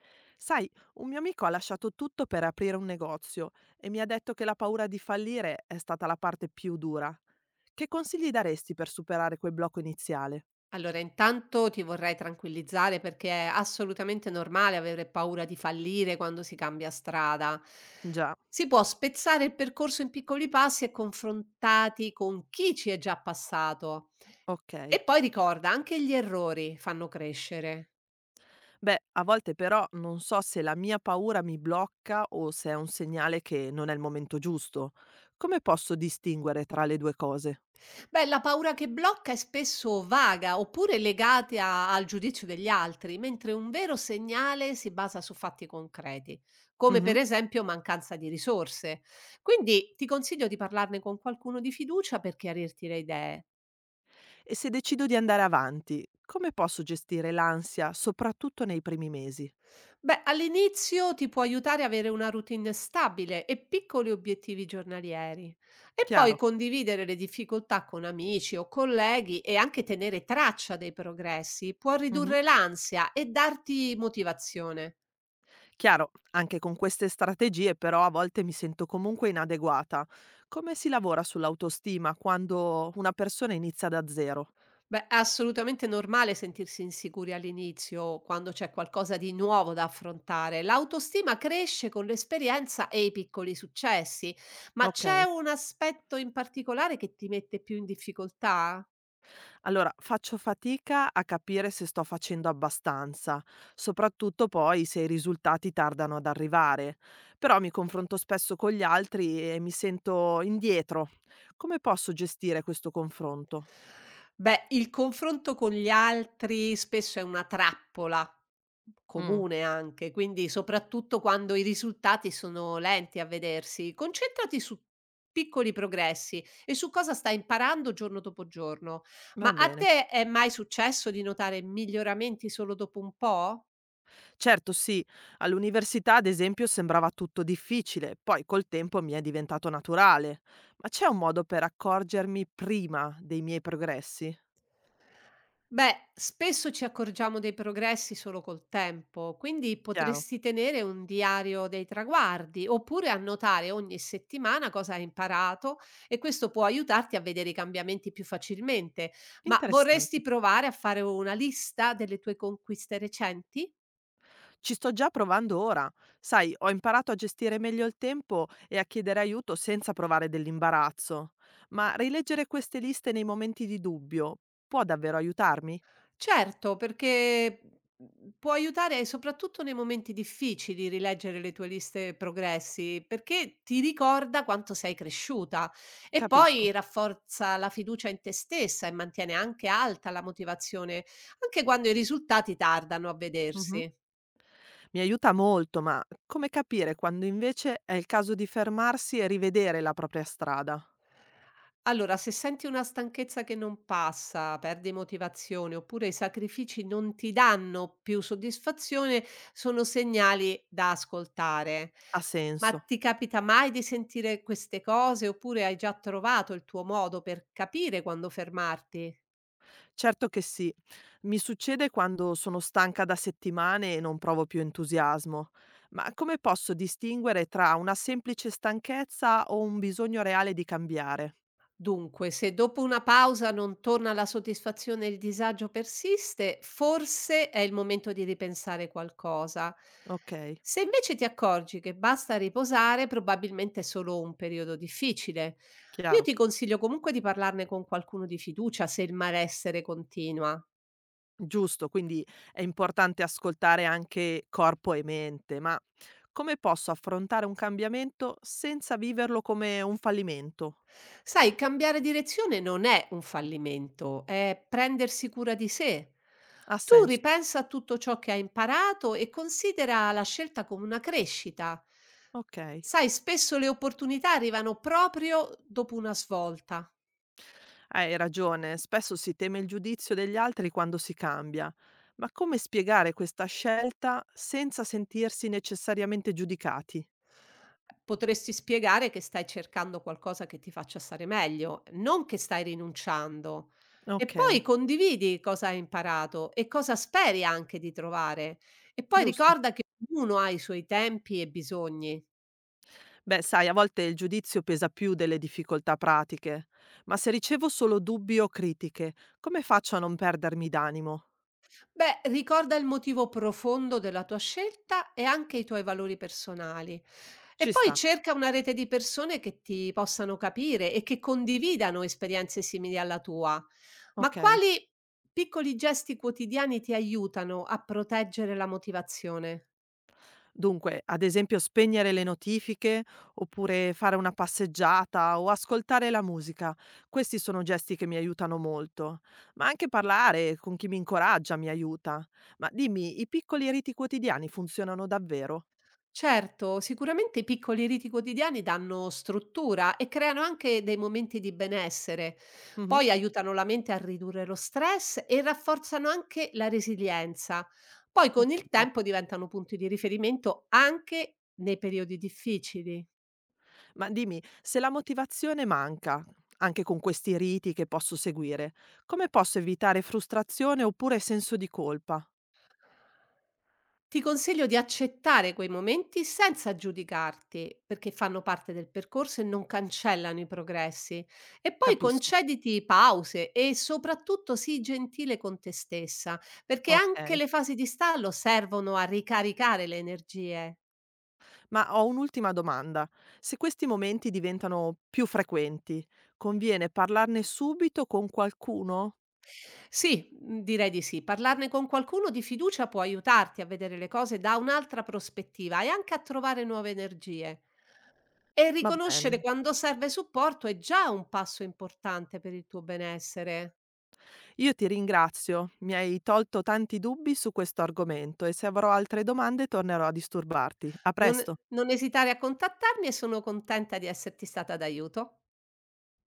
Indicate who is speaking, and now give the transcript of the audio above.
Speaker 1: Sai, un mio amico ha lasciato tutto per aprire un negozio e mi ha detto che la paura di fallire è stata la parte più dura. Che consigli daresti per superare quel blocco iniziale?
Speaker 2: Allora, intanto ti vorrei tranquillizzare perché è assolutamente normale avere paura di fallire quando si cambia strada.
Speaker 1: Già,
Speaker 2: Si può spezzare il percorso in piccoli passi e confrontati con chi ci è già passato.
Speaker 1: ok.
Speaker 2: E poi ricorda, anche gli errori fanno crescere.
Speaker 1: Beh, a volte però non so se la mia paura mi blocca o se è un segnale che non è il momento giusto. Come posso distinguere tra le due cose?
Speaker 2: Beh, la paura che blocca è spesso vaga oppure legata al giudizio degli altri, mentre un vero segnale si basa su fatti concreti, come
Speaker 1: Mhm.
Speaker 2: per esempio mancanza di risorse. Quindi ti consiglio di parlarne con qualcuno di fiducia per chiarirti le idee.
Speaker 1: E se decido di andare avanti, come posso gestire l'ansia, soprattutto nei primi mesi?
Speaker 2: Beh, all'inizio ti può aiutare ad avere una routine stabile e piccoli obiettivi giornalieri e poi
Speaker 1: Chiaro?
Speaker 2: condividere le difficoltà con amici o colleghi e anche tenere traccia dei progressi può
Speaker 1: Mhm.
Speaker 2: ridurre l'ansia e darti motivazione.
Speaker 1: Chiaro, anche con queste strategie però a volte mi sento comunque inadeguata. Come si lavora sull'autostima quando una persona inizia da zero?
Speaker 2: Beh, è assolutamente normale sentirsi insicuri all'inizio quando c'è qualcosa di nuovo da affrontare. L'autostima cresce con l'esperienza e i piccoli successi, ma
Speaker 1: Ok,
Speaker 2: c'è un aspetto in particolare che ti mette più in difficoltà?
Speaker 1: allora faccio fatica a capire se sto facendo abbastanza, soprattutto poi se i risultati tardano ad arrivare, però mi confronto spesso con gli altri e mi sento indietro. Come posso gestire questo confronto?
Speaker 2: Beh, il confronto con gli altri spesso è una trappola,
Speaker 1: Mm,
Speaker 2: comune anche, quindi soprattutto quando i risultati sono lenti a vedersi. Concentrati su piccoli progressi e su cosa stai imparando giorno dopo giorno.
Speaker 1: va
Speaker 2: Ma a
Speaker 1: bene.
Speaker 2: te è mai successo di notare miglioramenti solo dopo un po'?
Speaker 1: Certo sì, all'università ad esempio sembrava tutto difficile, poi col tempo mi è diventato naturale. Ma c'è un modo per accorgermi prima dei miei progressi?
Speaker 2: Beh, spesso ci accorgiamo dei progressi solo col tempo, quindi
Speaker 1: Chiaro.
Speaker 2: potresti tenere un diario dei traguardi oppure annotare ogni settimana cosa hai imparato e questo può aiutarti a vedere i cambiamenti più facilmente. Ma vorresti
Speaker 1: Interessante.
Speaker 2: provare a fare una lista delle tue conquiste recenti?
Speaker 1: Ci sto già provando ora. Sai, ho imparato a gestire meglio il tempo e a chiedere aiuto senza provare dell'imbarazzo. Ma rileggere queste liste nei momenti di dubbio può davvero aiutarmi?
Speaker 2: Certo, perché, può aiutare e soprattutto nei momenti difficili rileggere le tue liste progressi, perché ti ricorda quanto sei cresciuta e poi
Speaker 1: Capisco.
Speaker 2: rafforza la fiducia in te stessa e mantiene anche alta la motivazione, anche quando i risultati tardano a vedersi.
Speaker 1: Mi aiuta molto, ma come capire quando invece è il caso di fermarsi e rivedere la propria strada?
Speaker 2: Allora, se senti una stanchezza che non passa, perdi motivazione oppure i sacrifici non ti danno più soddisfazione, sono segnali da ascoltare.
Speaker 1: Ha
Speaker 2: Ma
Speaker 1: senso.
Speaker 2: ti capita mai di sentire queste cose oppure hai già trovato il tuo modo per capire quando fermarti?
Speaker 1: Certo che sì. Mi succede quando sono stanca da settimane e non provo più entusiasmo. Ma come posso distinguere tra una semplice stanchezza o un bisogno reale di cambiare?
Speaker 2: Dunque, se dopo una pausa non torna la soddisfazione e il disagio persiste, forse è il momento di ripensare qualcosa.
Speaker 1: Ok,
Speaker 2: Se invece ti accorgi che basta riposare, probabilmente è solo un periodo difficile. Io
Speaker 1: chiaro.
Speaker 2: ti consiglio comunque di parlarne con qualcuno di fiducia se il malessere continua.
Speaker 1: Giusto, quindi è importante ascoltare anche corpo e mente, ma come posso affrontare un cambiamento senza viverlo come un fallimento?
Speaker 2: Sai, cambiare direzione non è un fallimento, è prendersi cura di sé.
Speaker 1: Ha
Speaker 2: Tu
Speaker 1: senso,
Speaker 2: ripensa a tutto ciò che hai imparato e considera la scelta come una crescita.
Speaker 1: okay.
Speaker 2: Sai, spesso le opportunità arrivano proprio dopo una svolta.
Speaker 1: Hai ragione, spesso si teme il giudizio degli altri quando si cambia, ma come spiegare questa scelta senza sentirsi necessariamente giudicati?
Speaker 2: Potresti spiegare che stai cercando qualcosa che ti faccia stare meglio, non che stai rinunciando. E
Speaker 1: Okay,
Speaker 2: poi condividi cosa hai imparato e cosa speri anche di trovare. E poi
Speaker 1: giusto.
Speaker 2: ricorda che ognuno ha i suoi tempi e bisogni.
Speaker 1: Beh, sai, a volte il giudizio pesa più delle difficoltà pratiche, ma se ricevo solo dubbi o critiche, come faccio a non perdermi d'animo?
Speaker 2: Beh, ricorda il motivo profondo della tua scelta e anche i tuoi valori personali. E
Speaker 1: Ci
Speaker 2: poi
Speaker 1: sta,
Speaker 2: cerca una rete di persone che ti possano capire e che condividano esperienze simili alla tua. Ma
Speaker 1: okay.
Speaker 2: quali piccoli gesti quotidiani ti aiutano a proteggere la motivazione?
Speaker 1: Dunque, ad esempio spegnere le notifiche, oppure fare una passeggiata o ascoltare la musica. Questi sono gesti che mi aiutano molto. Ma anche parlare con chi mi incoraggia mi aiuta. Ma dimmi, i piccoli riti quotidiani funzionano davvero?
Speaker 2: Certo, sicuramente i piccoli riti quotidiani danno struttura e creano anche dei momenti di benessere.
Speaker 1: Mhm.
Speaker 2: Poi aiutano la mente a ridurre lo stress e rafforzano anche la resilienza. Poi con
Speaker 1: Ok.
Speaker 2: il tempo diventano punti di riferimento anche nei periodi difficili.
Speaker 1: Ma dimmi, se la motivazione manca, anche con questi riti che posso seguire, come posso evitare frustrazione oppure senso di colpa?
Speaker 2: Ti consiglio di accettare quei momenti senza giudicarti, perché fanno parte del percorso e non cancellano i progressi. E poi
Speaker 1: Capisco.
Speaker 2: concediti pause e soprattutto sii gentile con te stessa, perché anche
Speaker 1: Ok.
Speaker 2: le fasi di stallo servono a ricaricare le energie.
Speaker 1: Ma ho un'ultima domanda. Se questi momenti diventano più frequenti, conviene parlarne subito con qualcuno?
Speaker 2: Sì, direi di sì. Parlarne con qualcuno di fiducia può aiutarti a vedere le cose da un'altra prospettiva e anche a trovare nuove energie. E
Speaker 1: Va
Speaker 2: riconoscere
Speaker 1: bene.
Speaker 2: quando serve supporto è già un passo importante per il tuo benessere.
Speaker 1: Io ti ringrazio, mi hai tolto tanti dubbi su questo argomento e se avrò altre domande tornerò a disturbarti. A
Speaker 2: Non
Speaker 1: presto.
Speaker 2: non esitare a contattarmi e sono contenta di esserti stata d'aiuto.